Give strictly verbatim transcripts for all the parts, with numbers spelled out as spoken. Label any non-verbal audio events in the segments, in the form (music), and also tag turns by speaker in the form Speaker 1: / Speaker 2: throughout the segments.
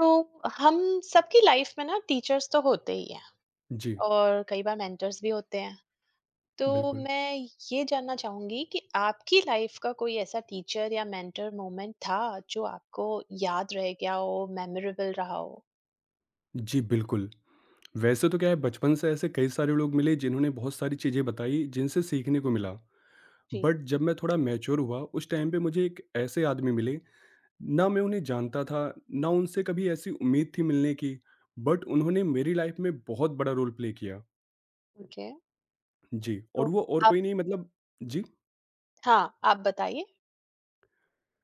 Speaker 1: तो हम सबकी लाइफ में ना टीचर्स तो होते ही हैं
Speaker 2: जी,
Speaker 1: और कई बार मेंटर्स भी होते हैं। तो
Speaker 2: बिल्कुल।
Speaker 1: मैं ये जानना चाहूंगी कि आपकी लाइफ का कोई ऐसा टीचर या मेंटर मोमेंट था जो आपको याद रह गया हो, मेमोरेबल रहा हो।
Speaker 2: जी, बिल्कुल। वैसे तो क्या है बचपन से ऐसे कई सारे लोग मिले जिन्होंने बहुत सारी चीज़ें बताई जिनसे सीखने को मिला।
Speaker 1: जी।
Speaker 2: बट जब मैं थोड़ा मैच्योर हुआ उस टाइम पे मुझे एक ऐसे आदमी मिले, ना मैं उन्हें जानता था, ना उनसे कभी ऐसी उम्मीद थी मिलने की, बट उन्होंने मेरी लाइफ में बहुत बड़ा रोल प्ले किया।
Speaker 1: ओके।
Speaker 2: जी,
Speaker 1: तो
Speaker 2: और वो और
Speaker 1: आप,
Speaker 2: कोई नहीं मतलब। जी,
Speaker 1: हाँ आप बताइए।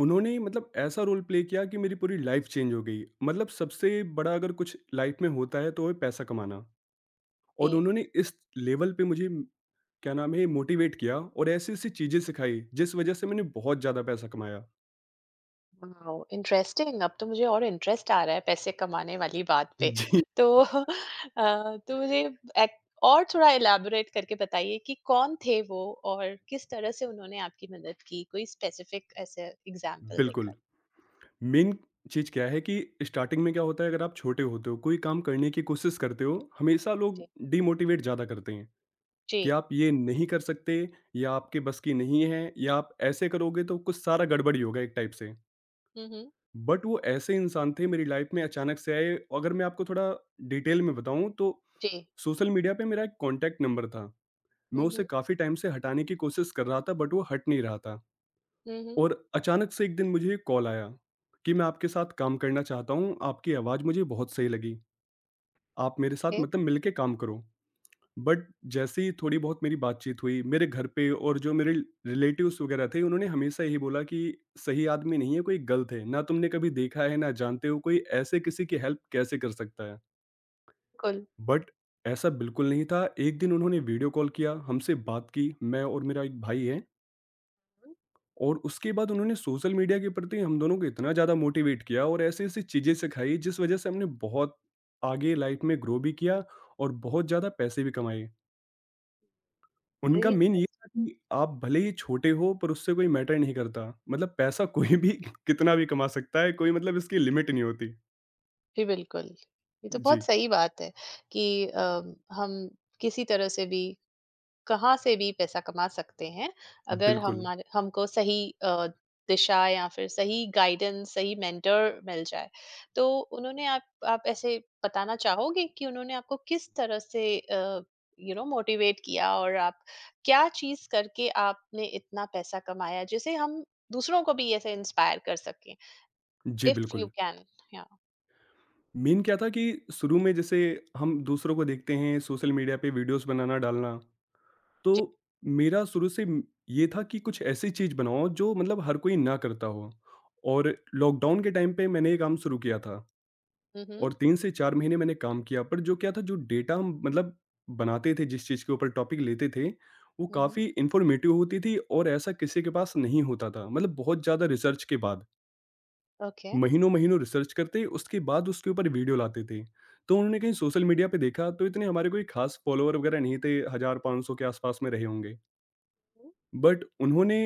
Speaker 2: उन्होंने मतलब ऐसा रोल प्ले किया कि मेरी पूरी लाइफ चेंज हो गई। मतलब सबसे बड़ा अगर कुछ लाइफ में होता है तो वो है पैसा कमाना और
Speaker 1: जी।
Speaker 2: उन्होंने इस लेवल पे मुझे क्या नाम है? मोटिवेट किया और ऐसी-ऐसी चीज़ें सिखाई, जिस वजह से मैंने बहुत ज़्यादा पैसा कमाया।
Speaker 1: वाओ! इंटरेस्टिंग। अब तो मुझे और इंटरेस्ट आ रहा है पैसे कमाने वाली बात पे।
Speaker 2: जी।
Speaker 1: तो (laughs) अ, तो मुझे एक और थोड़ा इलैबोरेट करके बताइए कि कौन थे वो और किस तरह से उन्होंने आपकी मदद की? कोई स्पेसिफिक ऐसे एग्ज़ाम्पल देकर?
Speaker 2: बिल्कुल। मेन चीज़ क्या है कि स्टार्टिंग में क्या होता है अगर आप छोटे होते हो, कोई काम करने की कोशिश करते हो, हमेशा लोग
Speaker 1: जी।
Speaker 2: डीमोटिवेट ज़्यादा करते हैं
Speaker 1: जी।
Speaker 2: कि आप ये नहीं कर सकते या आपके बस की नहीं है या आप ऐसे करोगे तो कुछ सारा गड़बड़ ही होगा एक टाइप से।
Speaker 1: हुँ, हुँ।
Speaker 2: बट वो ऐसे इंसान थे मेरी लाइफ में अचानक से आए अगर मैं आपको थोड़ा डिटेल में बताऊँ तो
Speaker 1: जी।
Speaker 2: सोशल मीडिया पे मेरा एक कॉन्टैक्ट नंबर था। मैं
Speaker 1: हुँ,
Speaker 2: उसे
Speaker 1: हुँ।
Speaker 2: काफ़ी टाइम से हटाने की कोशिश कर रहा था बट वो हट नहीं रहा था
Speaker 1: हुँ, हुँ।
Speaker 2: और अचानक से एक दिन मुझे कॉल आया कि मैं आपके साथ काम करना चाहता हूँ, आपकी आवाज़ मुझे बहुत सही लगी, आप मेरे साथ मतलब मिलके काम करो। बट जैसे ही थोड़ी बहुत मेरी बातचीत हुई मेरे घर पे और जो मेरे रिलेटिव्स वगैरह थे उन्होंने हमेशा यही बोला कि सही आदमी नहीं है, कोई गलत है ना, तुमने कभी देखा है ना जानते हो, कोई ऐसे किसी की हेल्प कैसे कर सकता है।
Speaker 1: बिल्कुल।
Speaker 2: बट ऐसा बिल्कुल नहीं था। एक दिन उन्होंने वीडियो कॉल किया, हमसे बात की, मैं और मेरा एक भाई है,
Speaker 1: हुँ।
Speaker 2: और उसके बाद उन्होंने सोशल मीडिया के प्रति हम दोनों को इतना ज़्यादा मोटिवेट किया और ऐसी-ऐसी चीज़ें सिखाई जिस वजह से हमने बहुत आगे लाइफ में ग्रो भी किया और बहुत ज़्यादा पैसे भी कमाए।
Speaker 1: वेरी
Speaker 2: उनका मेन ये
Speaker 1: इंटरेस्टिंग।
Speaker 2: था कि आप भले ही छोटे हो पर उससे कोई मैटर नहीं करता। मतलब पैसा कोई भी (laughs) कितना भी कमा सकता है, कोई मतलब इसकी लिमिट नहीं होती।
Speaker 1: जी, बिल्कुल। ये तो बहुत
Speaker 2: जी,
Speaker 1: सही बात है कि अ, हम किसी तरह से भी कहाँ से भी पैसा कमा सकते हैं, अगर
Speaker 2: बिल्कुल।
Speaker 1: हमारे हमको सही अ, दिशा या फिर सही गाइडेंस, सही मेंटर मिल जाए। तो उन्होंने आप आप ऐसे बताना चाहोगे कि उन्होंने आपको किस तरह से यू नो मोटिवेट किया और आप क्या चीज करके आपने इतना पैसा कमाया जिसे हम दूसरों को भी ऐसे इंस्पायर कर सकें?
Speaker 2: जी,
Speaker 1: इफ यू
Speaker 2: बिल्कुल।
Speaker 1: कैन, या
Speaker 2: मेन क्या था कि शुरू में जैसे हम दूसरों को देखते हैं सोशल मीडिया पे वीडियोज़ बनाना, डालना,
Speaker 1: जी।
Speaker 2: तो मेरा शुरू से म ये था कि कुछ ऐसी चीज़ बनाओ जो मतलब हर कोई ना करता हो। और लॉकडाउन के टाइम पे मैंने ये काम शुरू किया था
Speaker 1: हम्म।
Speaker 2: और तीन से चार महीने मैंने काम किया, पर जो क्या था जो डेटा हम मतलब बनाते थे जिस चीज़ के ऊपर टॉपिक लेते थे, वो
Speaker 1: हम्म।
Speaker 2: काफ़ी इन्फॉर्मेटिव होती थी और ऐसा किसी के पास नहीं होता था। मतलब बहुत ज़्यादा रिसर्च के बाद,
Speaker 1: ओके।
Speaker 2: महीनों-महीनों रिसर्च करते उसके बाद उसके ऊपर वीडियो लाते थे। तो उन्होंने कहीं सोशल मीडिया पे देखा, तो इतने हमारे कोई खास फॉलोवर वगैरह नहीं थे, एक हज़ार पाँच सौ के आसपास में रहे होंगे। बट उन्होंने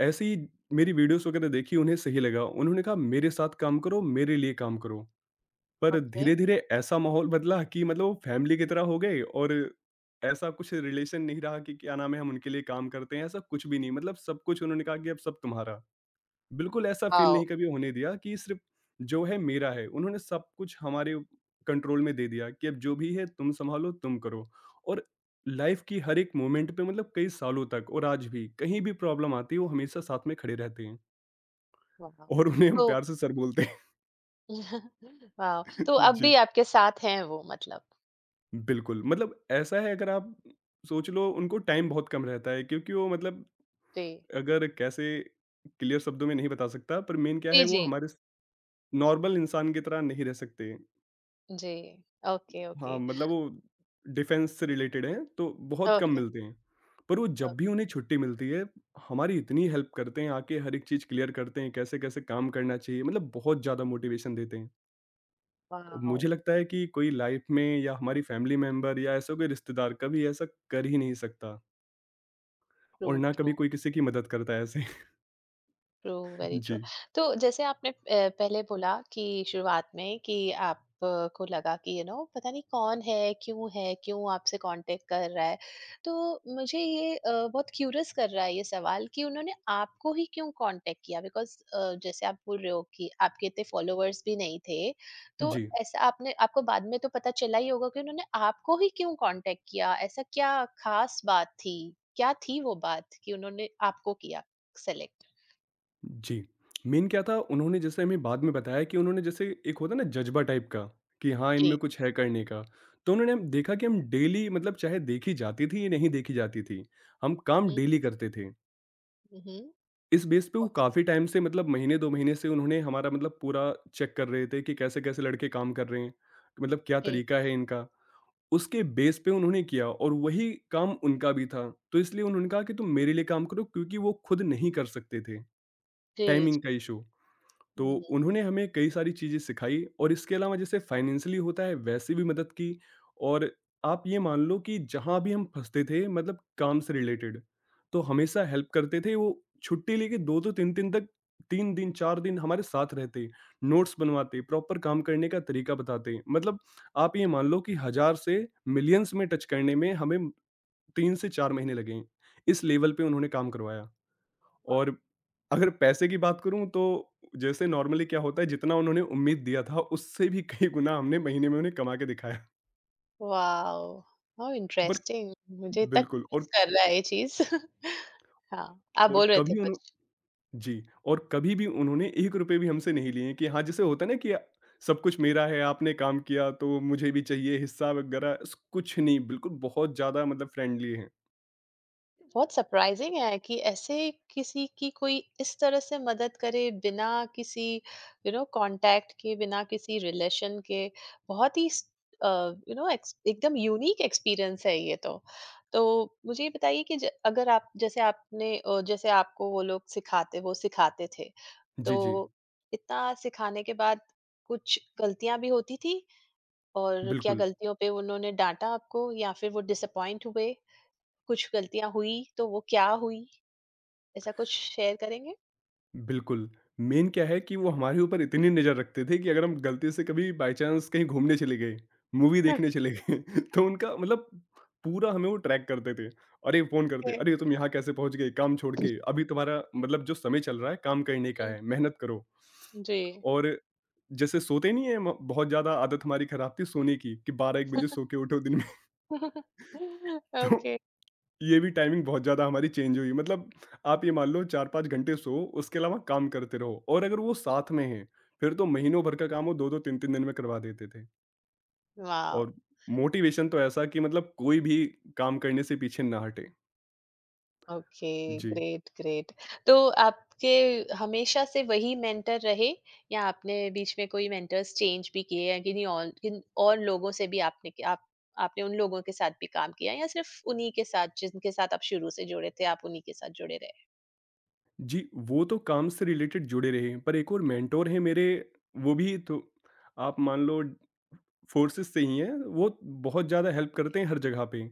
Speaker 2: ऐसे ही मेरी वीडियोस वगैरह देखी, उन्हें सही लगा। उन्होंने कहा मेरे साथ काम करो, मेरे लिए काम करो। पर
Speaker 1: ओके।
Speaker 2: धीरे-धीरे ऐसा माहौल बदला कि मतलब वो फैमिली की तरह हो गए और ऐसा कुछ रिलेशन नहीं रहा कि क्या नाम है, हम उनके लिए काम करते हैं, ऐसा कुछ भी नहीं। मतलब सब कुछ उन्होंने कहा कि अब सब तुम्हारा। बिल्कुल ऐसा फील
Speaker 1: वाओ।
Speaker 2: नहीं कभी होने दिया कि सिर्फ जो है मेरा है। उन्होंने सब कुछ हमारे कंट्रोल में दे दिया कि अब जो भी है तुम संभालो, तुम करो। और लाइफ की हर एक मोमेंट पे मतलब कई सालों तक और आज भी कहीं भी प्रॉब्लम आती है वो हमेशा साथ में खड़े रहते हैं,
Speaker 1: वाओ।
Speaker 2: और उन्हें हम
Speaker 1: तो
Speaker 2: प्यार से सर बोलते हैं।
Speaker 1: (laughs) वाह! तो
Speaker 2: (laughs)
Speaker 1: अब भी
Speaker 2: जी,
Speaker 1: आपके साथ हैं वो मतलब?
Speaker 2: बिल्कुल। मतलब ऐसा है अगर आप सोच लो उनको टाइम बहुत कम रहता है क्योंकि वो मतलब
Speaker 1: जी।
Speaker 2: अगर कैसे क्लियर शब्दों में नहीं बता सकता, पर मेन क्या है
Speaker 1: जी,
Speaker 2: वो
Speaker 1: जी।
Speaker 2: हमारे नॉर्मल इंसान की तरह नहीं रह सकते।
Speaker 1: जी। ओके,
Speaker 2: हाँ,
Speaker 1: ओके।
Speaker 2: मतलब वो डिफेंस से रिलेटेड हैं, तो बहुत कम जी।
Speaker 1: ओके।
Speaker 2: मिलते हैं। पर वो
Speaker 1: ओ।
Speaker 2: जब भी उन्हें छुट्टी मिलती है, हमारी इतनी हेल्प करते हैं, आके हर एक चीज़ क्लियर करते हैं, कैसे-कैसे काम करना चाहिए, मतलब बहुत ज़्यादा मोटिवेशन देते हैं। और
Speaker 1: वाओ!
Speaker 2: मुझे लगता है कि कोई लाइफ में या हमारी फैमिली मेंबर या ऐसा कोई रिश्तेदार कभी ऐसा कर ही नहीं सकता,
Speaker 1: ट्रू,
Speaker 2: और ना
Speaker 1: ट्रू।
Speaker 2: कभी कोई किसी की मदद करता है ऐसे।
Speaker 1: True,
Speaker 2: (laughs)
Speaker 1: very true.
Speaker 2: जी।
Speaker 1: तो जैसे आपने अ, पहले बोला कि शुरुआत में कि आप, अ, को लगा कि यू नो पता नहीं कौन है, क्यों है, क्यों आपसे कांटेक्ट कर रहा है। तो मुझे ये अ, बहुत क्यूरियस कर रहा है ये सवाल कि उन्होंने आपको ही क्यों कांटेक्ट किया, बिकॉज जैसे आप बोल रहे हो कि आपके इतने फॉलोअर्स भी नहीं थे। तो
Speaker 2: जी।
Speaker 1: ऐसा, आपने आपको बाद में तो पता चला ही होगा कि उन्होंने आपको ही क्यों कांटेक्ट किया, ऐसा क्या खास बात थी, क्या थी वो बात कि उन्होंने आपको किया। सेलेक्ट
Speaker 2: जी। मेन क्या था उन्होंने जैसे हमें बाद में बताया कि उन्होंने जैसे एक होता है ना जज़्बा टाइप का, कि हाँ, इनमें कुछ है करने का। तो उन्होंने हम देखा कि हम डेली मतलब चाहे देखी जाती थी या नहीं देखी जाती थी, हम काम
Speaker 1: हुँ,
Speaker 2: डेली करते थे।
Speaker 1: हुँ, हुँ।
Speaker 2: इस बेस पे वो
Speaker 1: ओके।
Speaker 2: काफ़ी टाइम से मतलब महीने दो महीने से उन्होंने हमारा मतलब पूरा चेक कर रहे थे कि कैसे-कैसे लड़के काम कर रहे हैं, मतलब क्या
Speaker 1: जी,
Speaker 2: तरीका है इनका। उसके बेस पे उन्होंने किया और वही काम उनका भी था। तो इसलिए उन्होंने कहा कि तुम मेरे लिए काम करो, क्योंकि वो खुद नहीं कर सकते थे,
Speaker 1: जी,
Speaker 2: टाइमिंग
Speaker 1: जी,
Speaker 2: का
Speaker 1: जी।
Speaker 2: इश्यू। तो
Speaker 1: हुँ, हुँ।
Speaker 2: उन्होंने हमें कई सारी चीज़ें सिखाई और इसके अलावा जैसे फाइनेंशियली होता है वैसे भी मदद की, और आप ये मान लो कि जहाँ भी हम फंसते थे मतलब काम से रिलेटेड, तो हमेशा हेल्प करते थे वो, छुट्टी लेके दो दो तीन दिन तक, तीन दिन चार दिन हमारे साथ रहते, नोट्स बनवाते, प्रॉपर काम करने का तरीका बताते, मतलब आप ये मान लो कि हजार से मिलियंस में टच करने में हमें तीन से चार महीने लगे, इस लेवल पे उन्होंने काम करवाया।
Speaker 1: वाह!
Speaker 2: और अगर पैसे की बात करूँ तो जैसे नॉर्मली क्या होता है जितना उन्होंने उम्मीद दिया था उससे भी कई गुना हमने महीने में उन्हें कमा के दिखाया।
Speaker 1: वाओ! How
Speaker 2: but
Speaker 1: interesting. मुझे इतना
Speaker 2: बिल्कुल।
Speaker 1: क्यूरियस
Speaker 2: और
Speaker 1: कर रहा है ये चीज़। (laughs) हाँ, आप बोल
Speaker 2: और
Speaker 1: रहे थे
Speaker 2: कभी
Speaker 1: कुछ?
Speaker 2: उन्हो जी, और कभी भी उन्होंने एक रुपए भी हमसे नहीं लिए कि हाँ, जैसे होता है ना कि सब कुछ मेरा है, आपने काम किया तो मुझे भी चाहिए हिस्सा वगैरह, स कुछ नहीं, बिल्कुल बहुत ज़्यादा मतलब फ्रेंडली हैं।
Speaker 1: बहुत सरप्राइजिंग है कि ऐसे किसी की कोई इस तरह से मदद करे, बिना किसी यू नो कांटेक्ट के, बिना किसी रिलेशन के। बहुत ही यू नो एकदम यूनिक एक्सपीरियंस है ये तो। तो मुझे ये बताइए कि ज- अगर आप, जैसे आपने अ, जैसे आपको वो लोग सिखाते वो सिखाते थे, तो
Speaker 2: जी, जी।
Speaker 1: इतना सिखाने के बाद कुछ गलतियां भी होती थी, और क्या
Speaker 2: बिल्कुल।
Speaker 1: गलतियों पे उन्होंने डांटा आपको या फिर वो डिसअपॉइंट हुए? कुछ गलतियाँ हुई तो वो क्या हुई? ऐसा कुछ शेयर करेंगे?
Speaker 2: बिल्कुल, मेन क्या है कि वो हमारे ऊपर इतनी नज़र रखते थे कि अगर हम गलती से कभी बाय चांस कहीं घूमने चले गए, मूवी देखने चले गए (laughs) तो उनका मतलब पूरा हमें वो ट्रैक करते थे। अरे! Phone
Speaker 1: okay.
Speaker 2: करते, "अरे! तुम यहाँ कैसे पहुँच गए काम छोड़ के? अभी तुम्हारा मतलब जो समय चल रहा है काम करने का
Speaker 1: हुँ,
Speaker 2: है, मेहनत करो।"
Speaker 1: जी।
Speaker 2: और जैसे सोते नहीं है, म बहुत ज़्यादा आदत हमारी खराब थी सोने की कि बारह एक बजे सो के उठो दिन में।
Speaker 1: (laughs)
Speaker 2: (laughs) तो
Speaker 1: ओके।
Speaker 2: ये भी टाइमिंग बहुत ज़्यादा हमारी चेंज हुई। मतलब आप ये मान लो चार पाँच घंटे सो, उसके अलावा काम करते रहो, और अगर वो साथ में हैं, फिर तो महीनों भर का काम वो दो दो तीन तीन दिन में करवा देते थे,
Speaker 1: वाओ!
Speaker 2: और मोटिवेशन तो ऐसा कि मतलब कोई भी काम करने से पीछे ना हटे।
Speaker 1: ओके,
Speaker 2: जी।
Speaker 1: Great, great. तो आपके हमेशा से वही मेंटर रहे, या आपने बीच में कोई मेंटर्स चेंज भी किए, या किन्हीं और किन और लोगों से भी आपने क आप आपने उन लोगों के साथ भी काम किया, या सिर्फ़ उन्हीं के साथ जिनके साथ आप शुरू से जुड़े थे, आप उन्हीं के साथ जुड़े रहे?
Speaker 2: जी, वो तो काम से रिलेटेड जुड़े रहे, पर एक और मेंटोर हैं मेरे, वो भी तो आप मान लो फोर्सेस से ही हैं, वो बहुत ज़्यादा हेल्प
Speaker 1: ओके,
Speaker 2: करते हैं हर जगह पे।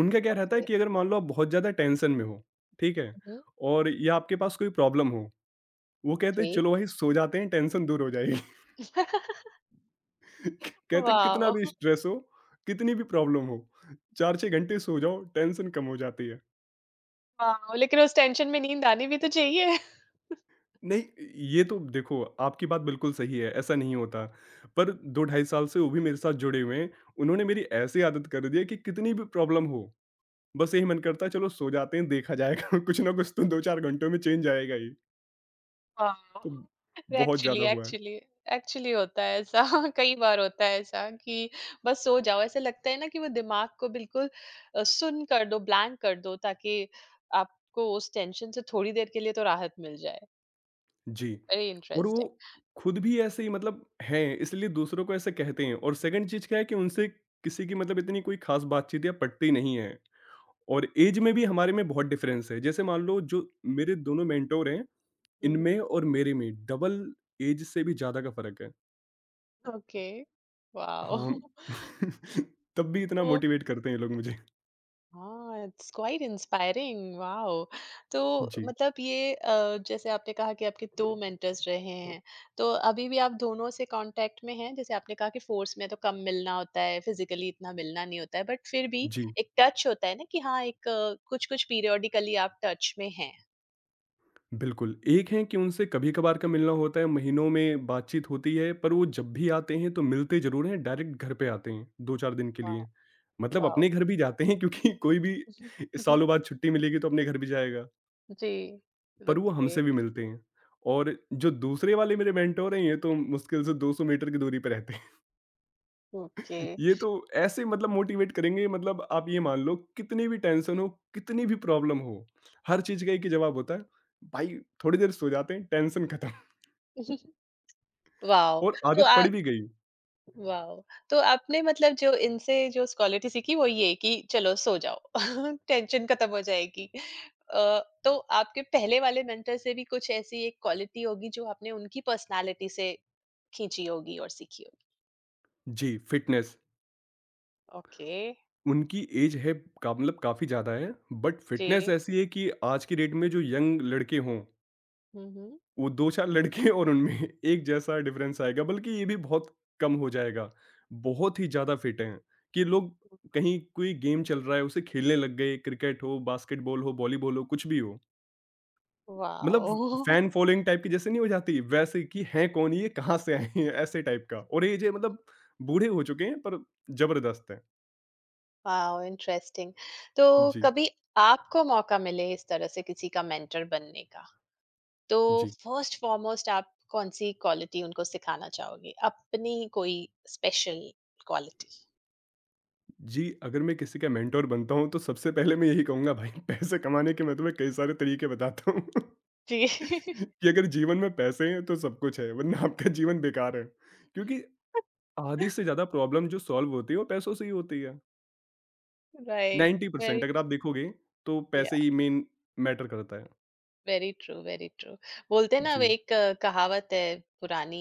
Speaker 2: उनका क्या रहता है
Speaker 1: ओके।
Speaker 2: कि अगर मान लो आप बहुत ज़्यादा टेंशन में हो, ठीक है?
Speaker 1: हुँ, हुँ।
Speaker 2: और या आपके पास कोई प्रॉब्लम हो, वो कहते
Speaker 1: जी।
Speaker 2: हैं चलो भाई सो जाते हैं टेंशन दूर हो जाएगी।
Speaker 1: (laughs)
Speaker 2: (laughs) कहते हैं कितना भी
Speaker 1: वाओ!
Speaker 2: स्ट्रेस हो, कितनी भी प्रॉब्लम हो, चार छह घंटे सो जाओ टेंशन कम हो जाती है।
Speaker 1: वाओ! लेकिन उस टेंशन में नींद आनी भी तो चाहिए।
Speaker 2: नहीं, ये तो देखो आपकी बात बिल्कुल सही है, ऐसा नहीं होता। पर दो ढाई साल से वो भी मेरे साथ जुड़े हुए हैं, उन्होंने मेरी ऐसी आदत कर दी है कि कितनी भी प्रॉब्लम हो, बस यही मन करता है चलो सो जाते हैं, देखा जाएगा, (laughs) कुछ ना कुछ तो दो चार घंटों में चेंज आएगा ही।
Speaker 1: वाओ!
Speaker 2: तो बहुत
Speaker 1: एक्चुअली
Speaker 2: ज़्यादा हुआ है।
Speaker 1: एक्चुअली एक्चुअली होता है ऐसा (laughs) कई बार होता है ऐसा कि बस सो जाओ। ऐसा लगता है ना कि वो दिमाग को बिल्कुल अ, सुन्न कर दो, ब्लैंक कर दो, ताकि आपको उस टेंशन से थोड़ी देर के लिए तो राहत मिल जाए।
Speaker 2: जी,
Speaker 1: वेरी
Speaker 2: और
Speaker 1: इंटरेस्टिंग।
Speaker 2: वो खुद भी ऐसे ही मतलब हैं, इसलिए दूसरों को ऐसे कहते हैं, और सेकंड चीज़ क्या है कि उनसे किसी की मतलब इतनी कोई ख़ास बातचीत या पटती नहीं है, और
Speaker 1: हुँ,
Speaker 2: ऐज में भी हमारे में बहुत डिफरेंस है। जैसे मान लो जो मेरे दोनों मेंटर हैं,
Speaker 1: हुँ, हुँ।
Speaker 2: इनमें और मेरे में डबल एज से भी ज़्यादा का फ़र्क है।
Speaker 1: ओके। वाओ!
Speaker 2: हाँ,
Speaker 1: (laughs)
Speaker 2: (laughs) तब भी इतना
Speaker 1: तो
Speaker 2: मोटिवेट करते हैं ये लोग मुझे।
Speaker 1: हाँ, इट्स क्वाइट इंस्पायरिंग, वाओ! तो
Speaker 2: जी,
Speaker 1: मतलब ये, अ, जैसे आपने कहा कि आपके दो मेंटर्स रहे हैं, तो अभी भी आप दोनों से कॉन्टैक्ट में हैं? जैसे आपने कहा कि फ़ोर्स में तो कम मिलना होता है, फिज़िकली इतना मिलना नहीं होता है, बट फिर भी
Speaker 2: जी,
Speaker 1: एक टच होता है ना कि हाँ, एक कुछ-कुछ पीरियोडिकली आप टच में हैं।
Speaker 2: बिल्कुल। एक हैं कि उनसे कभी-कभार का मिलना होता है, महीनों में बातचीत होती है, पर वो जब भी आते हैं तो मिलते ज़रूर हैं, डायरेक्ट घर पे आते हैं दो चार दिन के
Speaker 1: वाह!
Speaker 2: लिए। मतलब
Speaker 1: वाओ!
Speaker 2: अपने घर भी जाते हैं क्योंकि (laughs) कोई भी
Speaker 1: (laughs)
Speaker 2: सालों बाद छुट्टी मिलेगी तो अपने घर भी जाएगा,
Speaker 1: जी,
Speaker 2: पर वो
Speaker 1: ओके,
Speaker 2: हमसे भी मिलते हैं। और जो दूसरे वाले मेरे मेंटोर हैं, ये तो मुश्किल से दो सौ मीटर की दूरी पे रहते हैं।
Speaker 1: ओके,
Speaker 2: ये तो ऐसे मतलब मोटिवेट करेंगे। मतलब आप ये मान लो कितनी भी टेंशन हो, कितनी भी प्रॉब्लम हो, हर चीज़ का एक ही जवाब होता है, भाई थोड़ी देर सो जाते हैं, टेंशन खत्म।
Speaker 1: (laughs)
Speaker 2: (laughs)
Speaker 1: वाओ!
Speaker 2: और
Speaker 1: तो
Speaker 2: आदत
Speaker 1: आ,
Speaker 2: पड़ भी गई।
Speaker 1: वाओ! तो आपने मतलब जो इनसे जो क्वालिटी सीखी वो ये कि चलो सो जाओ, (laughs) टेंशन खत्म हो जाएगी। अ, तो आपके पहले वाले मेंटर से भी कुछ ऐसी एक क्वालिटी होगी जो आपने उनकी पर्सनैलिटी से खींची होगी और सीखी होगी?
Speaker 2: जी, फिटनेस।
Speaker 1: ओके,
Speaker 2: उनकी एज है का मतलब काफ़ी ज़्यादा है, बट फिटनेस
Speaker 1: जी।
Speaker 2: ऐसी है कि आज की डेट में जो यंग लड़के हों
Speaker 1: हुँ, हुँ।
Speaker 2: वो दो चार लड़के और उनमें (laughs) एक जैसा डिफरेंस आएगा, बल्कि ये भी बहुत कम हो जाएगा। बहुत ही ज़्यादा फिट हैं कि लोग
Speaker 1: हुँ।
Speaker 2: कहीं कोई गेम चल रहा है, उसे खेलने लग गए, क्रिकेट हो, बास्केटबॉल हो, वॉलीबॉल हो, कुछ भी हो। मतलब
Speaker 1: वाओ!
Speaker 2: फैन फॉलोइंग टाइप की जैसे नहीं हो जाती, वैसे कि हैं कौन ये, कहाँ से आए हैं, ऐसे टाइप का। और ये जो मतलब बूढ़े हो चुके हैं, पर ज़बरदस्त हैं।
Speaker 1: वाओ! इंटरेस्टिंग। (laughs) तो
Speaker 2: जी,
Speaker 1: कभी आपको मौका मिले इस तरह से किसी का मेंटर बनने का, तो
Speaker 2: जी।
Speaker 1: फर्स्ट फॉरमोस्ट आप कौन-सी क्वालिटी उनको सिखाना चाहोगे? अपनी कोई स्पेशल क्वालिटी?
Speaker 2: जी, अगर मैं किसी का मेंटर बनता हूँ, तो सबसे पहले मैं यही कहूँगा, भाई पैसे कमाने के मैं तुम्हें कई सारे तरीके बताता हूँ। (laughs)
Speaker 1: जी।
Speaker 2: कि अगर जीवन में पैसे हैं तो सब कुछ है, वरना आपका जीवन बेकार है, क्योंकि
Speaker 1: (laughs)
Speaker 2: आधी से ज्यादा प्रॉब्लम जो सॉल्व होती है वो पैसों से ही होती है।
Speaker 1: राइट, वेरी,
Speaker 2: नब्बे परसेंट अगर आप देखोगे तो
Speaker 1: या
Speaker 2: पैसे ही मेन मैटर करता है।
Speaker 1: Very true, very true. बोलते हैं ना वो
Speaker 2: जी,
Speaker 1: एक, अ, कहावत है पुरानी,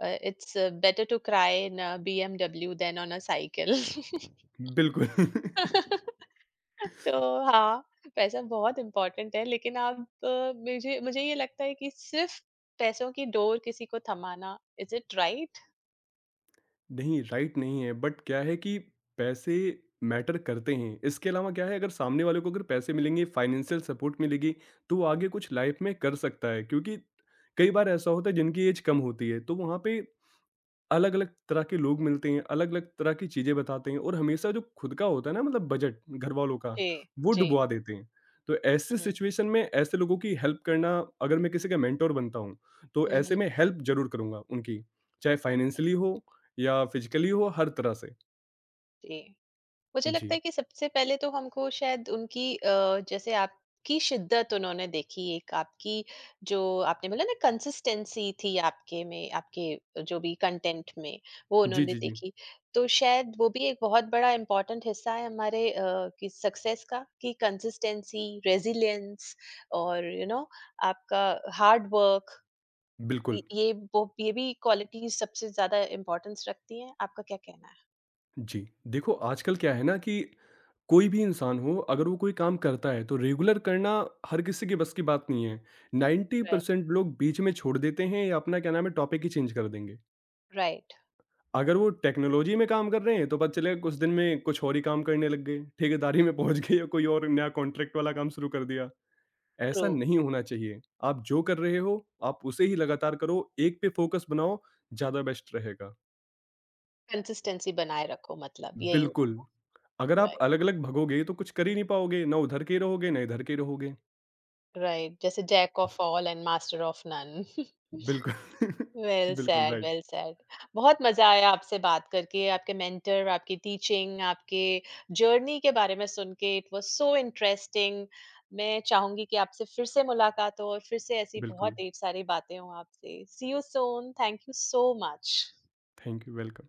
Speaker 1: uh, it's better to cry in a, BMW than on a cycle.
Speaker 2: बिल्कुल। (laughs)
Speaker 1: (laughs) तो हाँ, पैसा बहुत इम्पोर्टेंट है, लेकिन आप, अ, मुझे मुझे ये लगता है कि सिर्फ़ पैसों की डोर किसी को थमाना, इज़ इट राइट?
Speaker 2: नहीं, राइट नहीं है, बट क्या है कि पैसे मैटर करते हैं। इसके अलावा क्या है, अगर सामने वाले को अगर पैसे मिलेंगे, फाइनेंशियल सपोर्ट मिलेगी, तो वो आगे कुछ लाइफ में कर सकता है, क्योंकि कई बार ऐसा होता है जिनकी एज कम होती है, तो वहाँ पे अलग अलग तरह के लोग मिलते हैं, अलग अलग तरह की चीजें बताते हैं, और हमेशा जो खुद का होता है ना, मतलब बजट घर वालों का,
Speaker 1: जी,
Speaker 2: वो
Speaker 1: जी।
Speaker 2: डुबवा देते हैं। तो ऐसे
Speaker 1: हुँ,
Speaker 2: सिचुएशन में ऐसे लोगों की हेल्प करना, अगर मैं किसी का मेंटोर बनता हूँ, तो
Speaker 1: हुँ,
Speaker 2: ऐसे
Speaker 1: हुँ,
Speaker 2: में हेल्प जरूर करूंगा उनकी, चाहे फाइनेंशियली हो या फिजिकली हो, हर तरह से।
Speaker 1: जी। मुझे लगता
Speaker 2: जी,
Speaker 1: है कि सबसे पहले तो हमको शायद उनकी, अ, जैसे आपकी शिद्दत उन्होंने देखी, एक आपकी जो आपने बोला ना कंसिस्टेंसी थी आपके में, आपके जो भी कंटेंट में, वो
Speaker 2: जी।
Speaker 1: उन्होंने
Speaker 2: जी, जी,
Speaker 1: देखी। तो शायद वो भी एक बहुत बड़ा इम्पोर्टेंट हिस्सा है हमारे, अ, कि सक्सेस का, कि कंसिस्टेंसी, रेज़िलियंस, और यू you नो know, आपका हार्ड वर्क, य
Speaker 2: बिल्कुल।
Speaker 1: ये वो ये भी क्वालिटीज़ सबसे ज़्यादा इम्पोर्टेंस रखती हैं। आपका क्या कहना है?
Speaker 2: जी, देखो आजकल क्या है ना कि कोई भी इंसान हो अगर वो कोई काम करता है तो रेगुलर करना हर किसी के बस की बात नहीं है।
Speaker 1: राइट,
Speaker 2: नब्बे परसेंट लोग बीच में छोड़ देते हैं या अपना क्या नाम है टॉपिक ही चेंज कर देंगे।
Speaker 1: राइट,
Speaker 2: अगर वो टेक्नोलॉजी में काम कर रहे हैं तो पता चलेगा कुछ दिन में कुछ और ही काम करने लग गए, ठेकेदारी में पहुँच गए, या कोई और नया कॉन्ट्रैक्ट वाला काम शुरू कर दिया।
Speaker 1: ट्रू।
Speaker 2: ऐसा नहीं होना चाहिए। आप जो कर रहे हो आप उसे ही लगातार करो, एक पे फोकस बनाओ, ज़्यादा बेस्ट रहेगा।
Speaker 1: कंसिस्टेंसी बनाए रखो, मतलब यही
Speaker 2: बिल्कुल।
Speaker 1: हुआ।
Speaker 2: अगर आप
Speaker 1: राइट,
Speaker 2: अलग-अलग भगोगे तो कुछ कर ही नहीं पाओगे, ना उधर के रहोगे, ना इधर के रहोगे।
Speaker 1: राइट, जैसे jack of all and master of none.
Speaker 2: बिल्कुल, (laughs)
Speaker 1: वेल
Speaker 2: बिल्कुल
Speaker 1: सेड,
Speaker 2: राइट,
Speaker 1: वेल सेड। (laughs) बहुत मज़ा आया आपसे बात करके, आपके मेंटर, आपकी टीचिंग, आपके जर्नी के बारे में सुन के, इट वाज़ सो इंटरेस्टिंग। मैं चाहूँगी कि आपसे फिर से मुलाकात हो और फिर से ऐसी बहुत
Speaker 2: बिल्कुल।
Speaker 1: ढेर सारी बातें हों आपसे। See you soon, thank you so much.
Speaker 2: Thank you, welcome.